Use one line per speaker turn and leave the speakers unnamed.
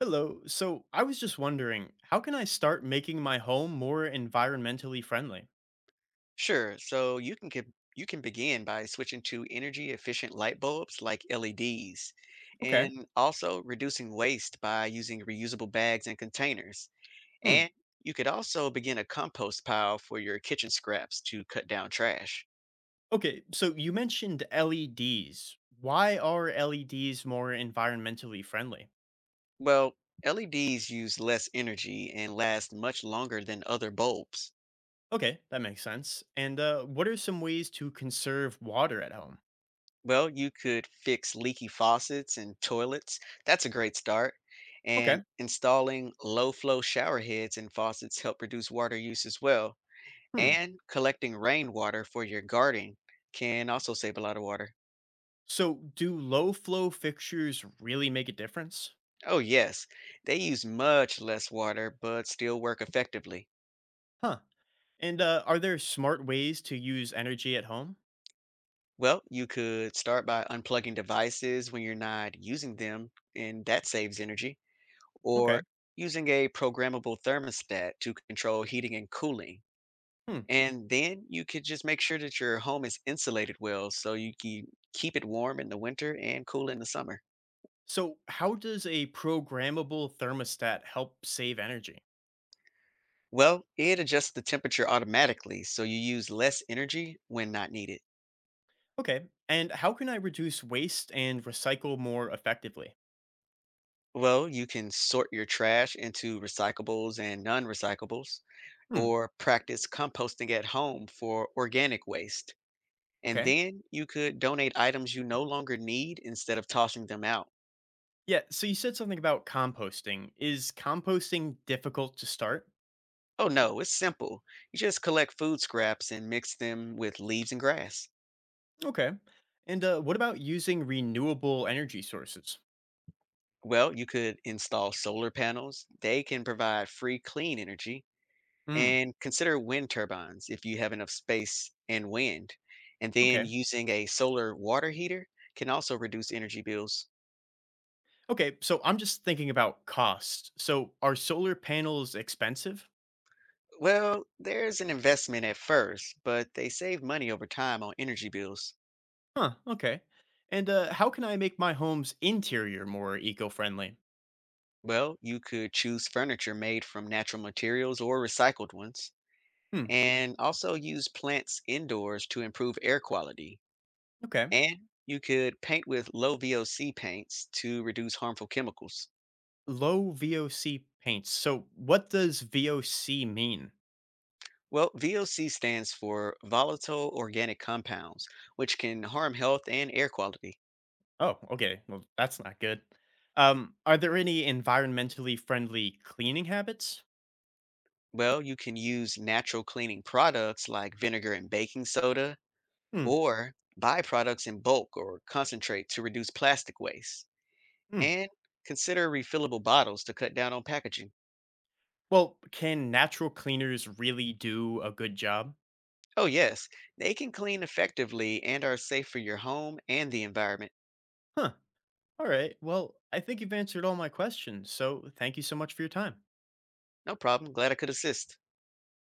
Hello. So I was just wondering, how can I start making my home more environmentally friendly?
Sure. You can begin by switching to energy efficient light bulbs like LEDs,
Okay.
and also reducing waste by using reusable bags and containers.
Hmm.
And you could also begin a compost pile for your kitchen scraps to cut down trash.
Okay. So you mentioned LEDs. Why are LEDs more environmentally friendly?
Well, LEDs use less energy and last much longer than other bulbs.
Okay, that makes sense. And what are some ways to conserve water at home?
Well, you could fix leaky faucets and toilets. That's a great start. And
Okay.
installing low flow shower heads and faucets help reduce water use as well.
Hmm.
And collecting rainwater for your garden can also save a lot of water.
So do low flow fixtures really make a difference?
Oh, yes, they use much less water but still work effectively.
Huh. And are there smart ways to use energy at home?
Well, you could start by unplugging devices when you're not using them, and that saves energy,
Okay.
or using a programmable thermostat to control heating and cooling.
Hmm.
And then you could just make sure that your home is insulated well so you can keep it warm in the winter and cool in the summer.
So, how does a programmable thermostat help save energy?
Well, it adjusts the temperature automatically so you use less energy when not needed.
Okay. And how can I reduce waste and recycle more effectively?
Well, you can sort your trash into recyclables and non recyclables,
Hmm.
or practice composting at home for organic waste. And
Okay.
then you could donate items you no longer need instead of tossing them out.
Yeah. So, you said something about composting. Is composting difficult to start?
Oh no, it's simple. You just collect food scraps and mix them with leaves and grass.
Okay. And what about using renewable energy sources?
Well, you could install solar panels. They can provide free clean energy.
Hmm.
And consider wind turbines if you have enough space and wind. And then
Okay.
using a solar water heater can also reduce energy bills.
Okay. So, I'm just thinking about cost. So, are solar panels expensive?
Well, there's an investment at first, but they save money over time on energy bills.
Huh. Okay. And how can I make my home's interior more eco friendly?
Well, you could choose furniture made from natural materials or recycled ones.
Hmm.
And also use plants indoors to improve air quality.
Okay.
And you could paint with low VOC paints to reduce harmful chemicals.
Low VOC paints. So what does VOC mean?
Well, VOC stands for volatile organic compounds, which can harm health and air quality.
Oh, okay. Well, that's not good. Are there any environmentally friendly cleaning habits?
Well, you can use natural cleaning products like vinegar and baking soda,
Hmm.
or buy products in bulk or concentrate to reduce plastic waste.
Hmm.
And consider refillable bottles to cut down on packaging.
Well, can natural cleaners really do a good job?
Oh, yes, they can clean effectively and are safe for your home and the environment.
Huh. All right. Well, I think you've answered all my questions. So thank you so much for your time.
No problem. Glad I could assist.